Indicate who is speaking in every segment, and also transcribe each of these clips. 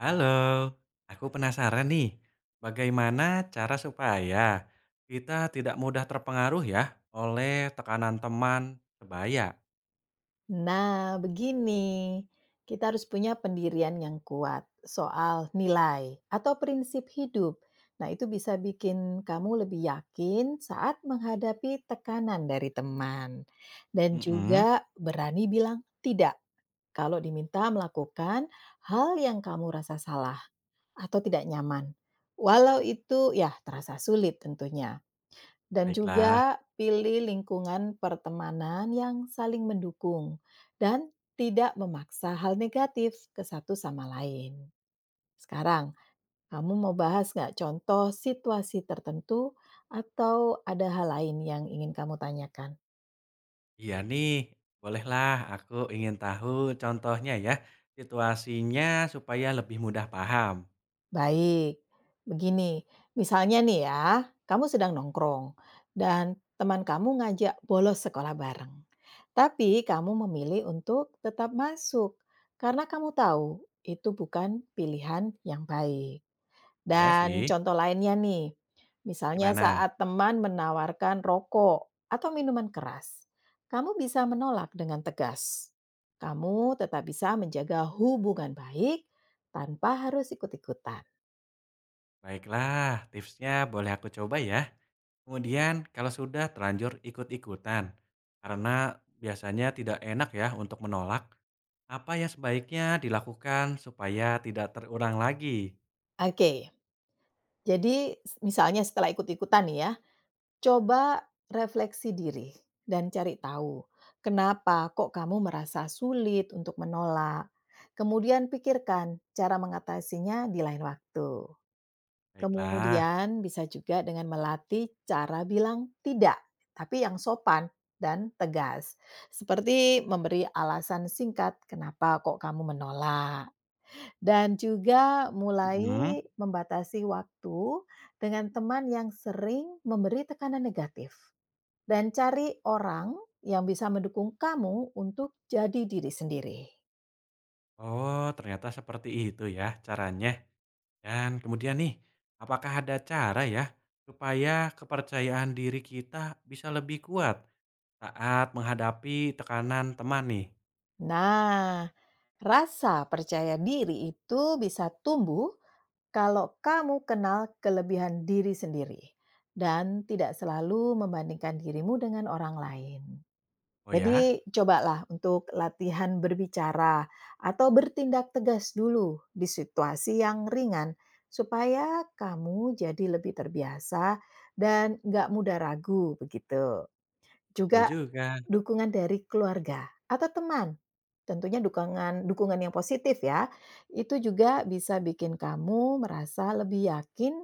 Speaker 1: Halo, aku penasaran nih, bagaimana cara supaya kita tidak mudah terpengaruh ya oleh tekanan teman sebaya?
Speaker 2: Nah, begini, kita harus punya pendirian yang kuat soal nilai atau prinsip hidup. Nah, itu bisa bikin kamu lebih yakin saat menghadapi tekanan dari teman, dan
Speaker 1: Mm-mm,
Speaker 2: juga berani bilang tidak kalau diminta melakukan hal yang kamu rasa salah atau tidak nyaman. Walau itu ya terasa sulit tentunya. Dan
Speaker 1: baiklah,
Speaker 2: juga pilih lingkungan pertemanan yang saling mendukung dan tidak memaksa hal negatif ke satu sama lain. Sekarang, kamu mau bahas nggak contoh situasi tertentu atau ada hal lain yang ingin kamu tanyakan?
Speaker 1: iya nih, bolehlah aku ingin tahu contohnya ya, situasinya supaya lebih mudah paham.
Speaker 2: Baik, begini, misalnya nih ya, kamu sedang nongkrong dan teman kamu ngajak bolos sekolah bareng. Tapi kamu memilih untuk tetap masuk karena kamu tahu itu bukan pilihan yang baik.
Speaker 1: Iya
Speaker 2: Dan
Speaker 1: sih,
Speaker 2: contoh lainnya nih, misalnya
Speaker 1: gimana?
Speaker 2: saat teman menawarkan rokok atau minuman keras, kamu bisa menolak dengan tegas. Kamu tetap bisa menjaga hubungan baik tanpa harus ikut-ikutan.
Speaker 1: Baiklah, tipsnya boleh aku coba ya. Kemudian kalau sudah terlanjur ikut-ikutan, karena biasanya tidak enak ya untuk menolak, apa yang sebaiknya dilakukan supaya tidak terulang lagi?
Speaker 2: Oke, jadi misalnya setelah ikut-ikutan nih ya, coba refleksi diri dan cari tahu, kenapa kok kamu merasa sulit untuk menolak. Kemudian pikirkan cara mengatasinya di lain waktu.
Speaker 1: Baiklah.
Speaker 2: Kemudian bisa juga dengan melatih cara bilang tidak, tapi yang sopan dan tegas. Seperti memberi alasan singkat kenapa kok kamu menolak. Dan juga mulai
Speaker 1: Mhm.
Speaker 2: membatasi waktu dengan teman yang sering memberi tekanan negatif, dan cari orang yang bisa mendukung kamu untuk jadi diri sendiri.
Speaker 1: Oh, ternyata seperti itu ya caranya. Dan kemudian nih, apakah ada cara ya supaya kepercayaan diri kita bisa lebih kuat saat menghadapi tekanan teman nih?
Speaker 2: Nah, rasa percaya diri itu bisa tumbuh kalau kamu kenal kelebihan diri sendiri dan tidak selalu membandingkan dirimu dengan orang lain.
Speaker 1: Oh ya?
Speaker 2: Jadi cobalah untuk latihan berbicara atau bertindak tegas dulu di situasi yang ringan supaya kamu jadi lebih terbiasa dan nggak mudah ragu begitu.
Speaker 1: Betul
Speaker 2: Juga
Speaker 1: juga.
Speaker 2: dukungan dari keluarga atau teman. Tentunya dukungan dukungan yang positif ya. Itu juga bisa bikin kamu merasa lebih yakin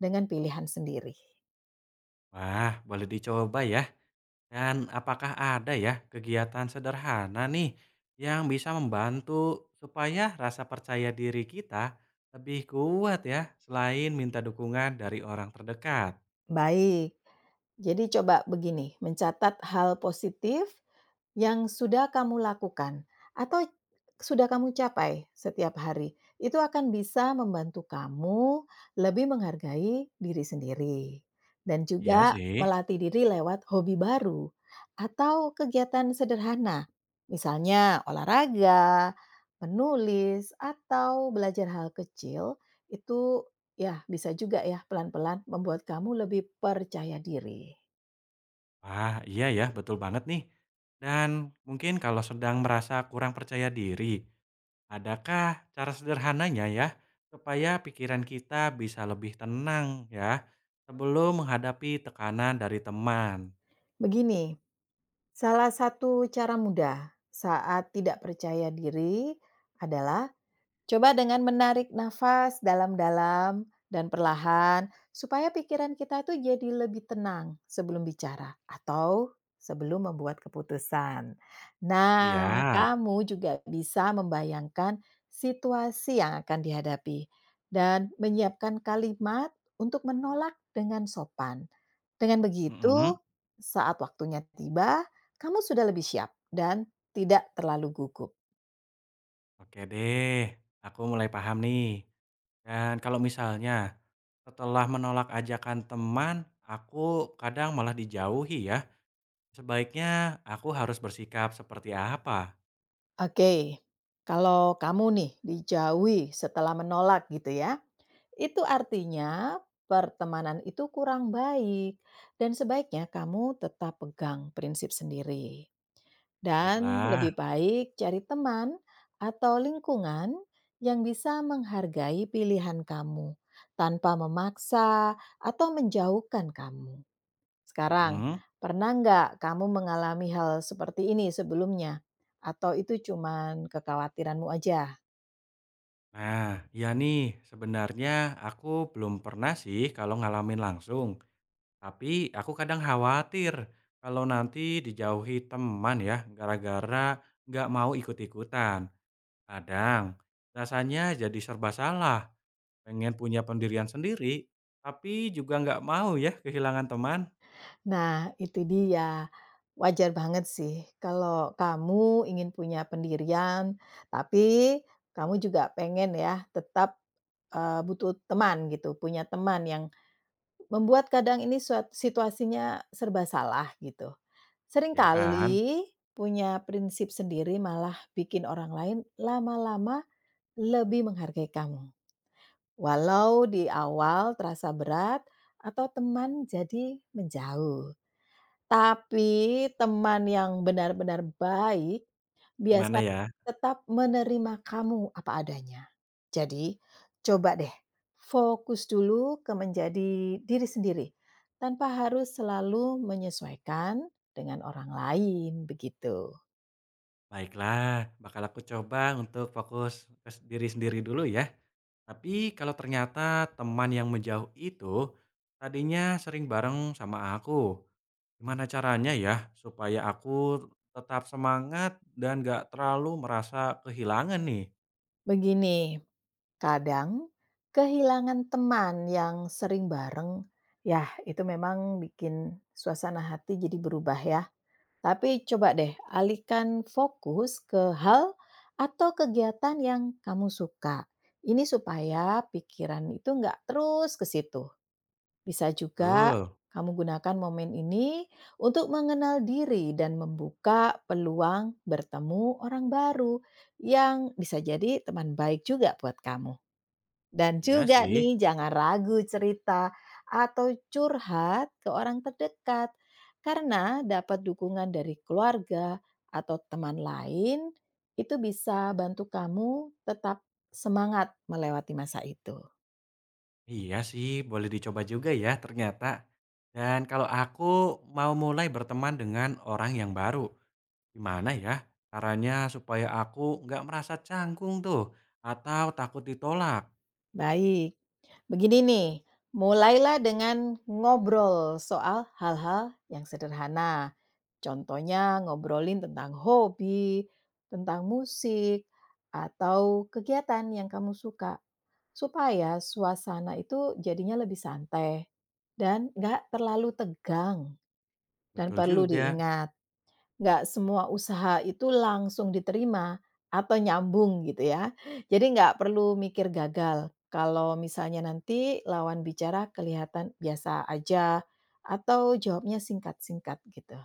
Speaker 2: dengan pilihan sendiri.
Speaker 1: Wah, boleh dicoba ya. Dan apakah ada ya kegiatan sederhana nih yang bisa membantu supaya rasa percaya diri kita lebih kuat ya selain minta dukungan dari orang terdekat?
Speaker 2: Baik. Jadi coba begini, mencatat hal positif yang sudah kamu lakukan atau sudah kamu capai setiap hari, itu akan bisa membantu kamu lebih menghargai diri sendiri dan
Speaker 1: Iya
Speaker 2: juga
Speaker 1: sih.
Speaker 2: melatih diri lewat hobi baru atau kegiatan sederhana. Misalnya olahraga, menulis atau belajar hal kecil itu ya bisa juga ya pelan-pelan membuat kamu lebih percaya diri.
Speaker 1: Wah, iya ya, betul banget nih. Dan mungkin kalau sedang merasa kurang percaya diri, adakah cara sederhananya ya, supaya pikiran kita bisa lebih tenang ya, sebelum menghadapi tekanan dari teman?
Speaker 2: Begini. Salah satu cara mudah saat tidak percaya diri adalah coba dengan menarik nafas dalam-dalam dan perlahan, supaya pikiran kita tuh jadi lebih tenang sebelum bicara atau sebelum membuat keputusan. Nah,
Speaker 1: Siap.
Speaker 2: kamu juga bisa membayangkan situasi yang akan dihadapi dan menyiapkan kalimat untuk menolak dengan sopan. Dengan begitu,
Speaker 1: Mm-mm.
Speaker 2: saat waktunya tiba, kamu sudah lebih siap dan tidak terlalu gugup.
Speaker 1: Oke deh, aku mulai paham nih. Dan kalau misalnya setelah menolak ajakan teman, aku kadang malah dijauhi ya. Sebaiknya aku harus bersikap seperti apa?
Speaker 2: Oke, kalau kamu nih dijauhi setelah menolak gitu ya, itu artinya pertemanan itu kurang baik dan sebaiknya kamu tetap pegang prinsip sendiri. Dan
Speaker 1: Baiklah.
Speaker 2: lebih baik cari teman atau lingkungan yang bisa menghargai pilihan kamu tanpa memaksa atau menjauhkan kamu. Sekarang,
Speaker 1: Mhm.
Speaker 2: pernah nggak kamu mengalami hal seperti ini sebelumnya? Atau itu cuman kekhawatiranmu aja?
Speaker 1: Nah, ya nih, sebenarnya aku belum pernah sih kalau ngalamin langsung. Tapi aku kadang khawatir kalau nanti dijauhi teman ya, gara-gara nggak mau ikut-ikutan. Kadang rasanya jadi serba salah, pengen punya pendirian sendiri, tapi juga nggak mau ya kehilangan teman,
Speaker 2: Nah, itu dia. Wajar banget sih kalau kamu ingin punya pendirian, tapi kamu juga pengen ya tetap, butuh teman gitu, punya teman yang membuat kadang ini situasinya serba salah gitu.
Speaker 1: ya kan?
Speaker 2: Seringkali punya prinsip sendiri malah bikin orang lain lama-lama lebih menghargai kamu, walau di awal terasa berat atau teman jadi menjauh. Tapi teman yang benar-benar baik
Speaker 1: Gimana
Speaker 2: biasa
Speaker 1: ya?
Speaker 2: tetap menerima kamu apa adanya. Jadi, coba deh fokus dulu ke menjadi diri sendiri tanpa harus selalu menyesuaikan dengan orang lain begitu.
Speaker 1: Baiklah, bakal aku coba untuk fokus ke diri sendiri dulu ya. Tapi kalau ternyata teman yang menjauh itu tadinya sering bareng sama aku, gimana caranya ya supaya aku tetap semangat dan gak terlalu merasa kehilangan nih?
Speaker 2: Begini, kadang, kehilangan teman yang sering bareng, ya itu memang bikin suasana hati jadi berubah ya. Tapi coba deh alihkan fokus ke hal atau kegiatan yang kamu suka. Ini supaya pikiran itu nggak terus ke situ. Bisa juga
Speaker 1: Betul,
Speaker 2: kamu gunakan momen ini untuk mengenal diri dan membuka peluang bertemu orang baru yang bisa jadi teman baik juga buat kamu. Dan
Speaker 1: iya
Speaker 2: juga
Speaker 1: sih.
Speaker 2: nih jangan ragu cerita atau curhat ke orang terdekat karena dapat dukungan dari keluarga atau teman lain itu bisa bantu kamu tetap semangat melewati masa itu.
Speaker 1: Iya sih, boleh dicoba juga ya ternyata. Dan kalau aku mau mulai berteman dengan orang yang baru, gimana ya caranya supaya aku nggak merasa canggung tuh atau takut ditolak?
Speaker 2: Baik, begini nih, mulailah dengan ngobrol soal hal-hal yang sederhana. Contohnya ngobrolin tentang hobi, tentang musik, atau kegiatan yang kamu suka. Supaya suasana itu jadinya lebih santai dan nggak terlalu tegang. Dan
Speaker 1: Betul
Speaker 2: perlu
Speaker 1: juga.
Speaker 2: diingat, nggak semua usaha itu langsung diterima atau nyambung gitu ya. Jadi nggak perlu mikir gagal. Kalau misalnya nanti lawan bicara kelihatan biasa aja atau jawabnya singkat-singkat gitu.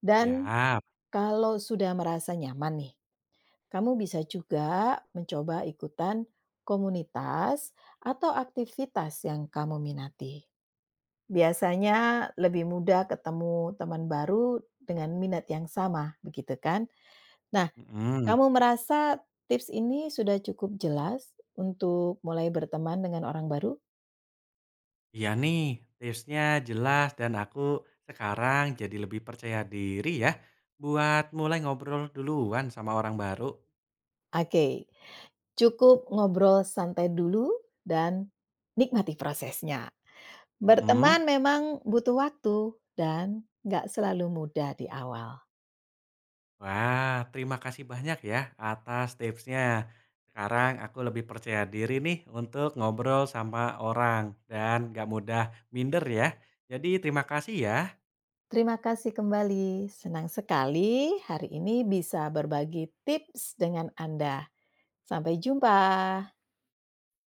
Speaker 2: Dan
Speaker 1: Ya,
Speaker 2: kalau sudah merasa nyaman nih, kamu bisa juga mencoba ikutan komunitas atau aktivitas yang kamu minati. Biasanya lebih mudah ketemu teman baru dengan minat yang sama, begitu kan? Nah,
Speaker 1: mhm.
Speaker 2: kamu merasa tips ini sudah cukup jelas untuk mulai berteman dengan orang baru?
Speaker 1: Iya nih, tipsnya jelas dan aku sekarang jadi lebih percaya diri ya buat mulai ngobrol duluan sama orang baru.
Speaker 2: Oke, cukup ngobrol santai dulu dan nikmati prosesnya.
Speaker 1: Mhm.
Speaker 2: Berteman memang butuh waktu dan nggak selalu mudah di awal.
Speaker 1: Wah, terima kasih banyak ya atas tipsnya. Sekarang aku lebih percaya diri nih untuk ngobrol sama orang dan nggak mudah minder ya. Jadi terima kasih ya.
Speaker 2: Terima kasih kembali. Senang sekali hari ini bisa berbagi tips dengan Anda. Sampai jumpa.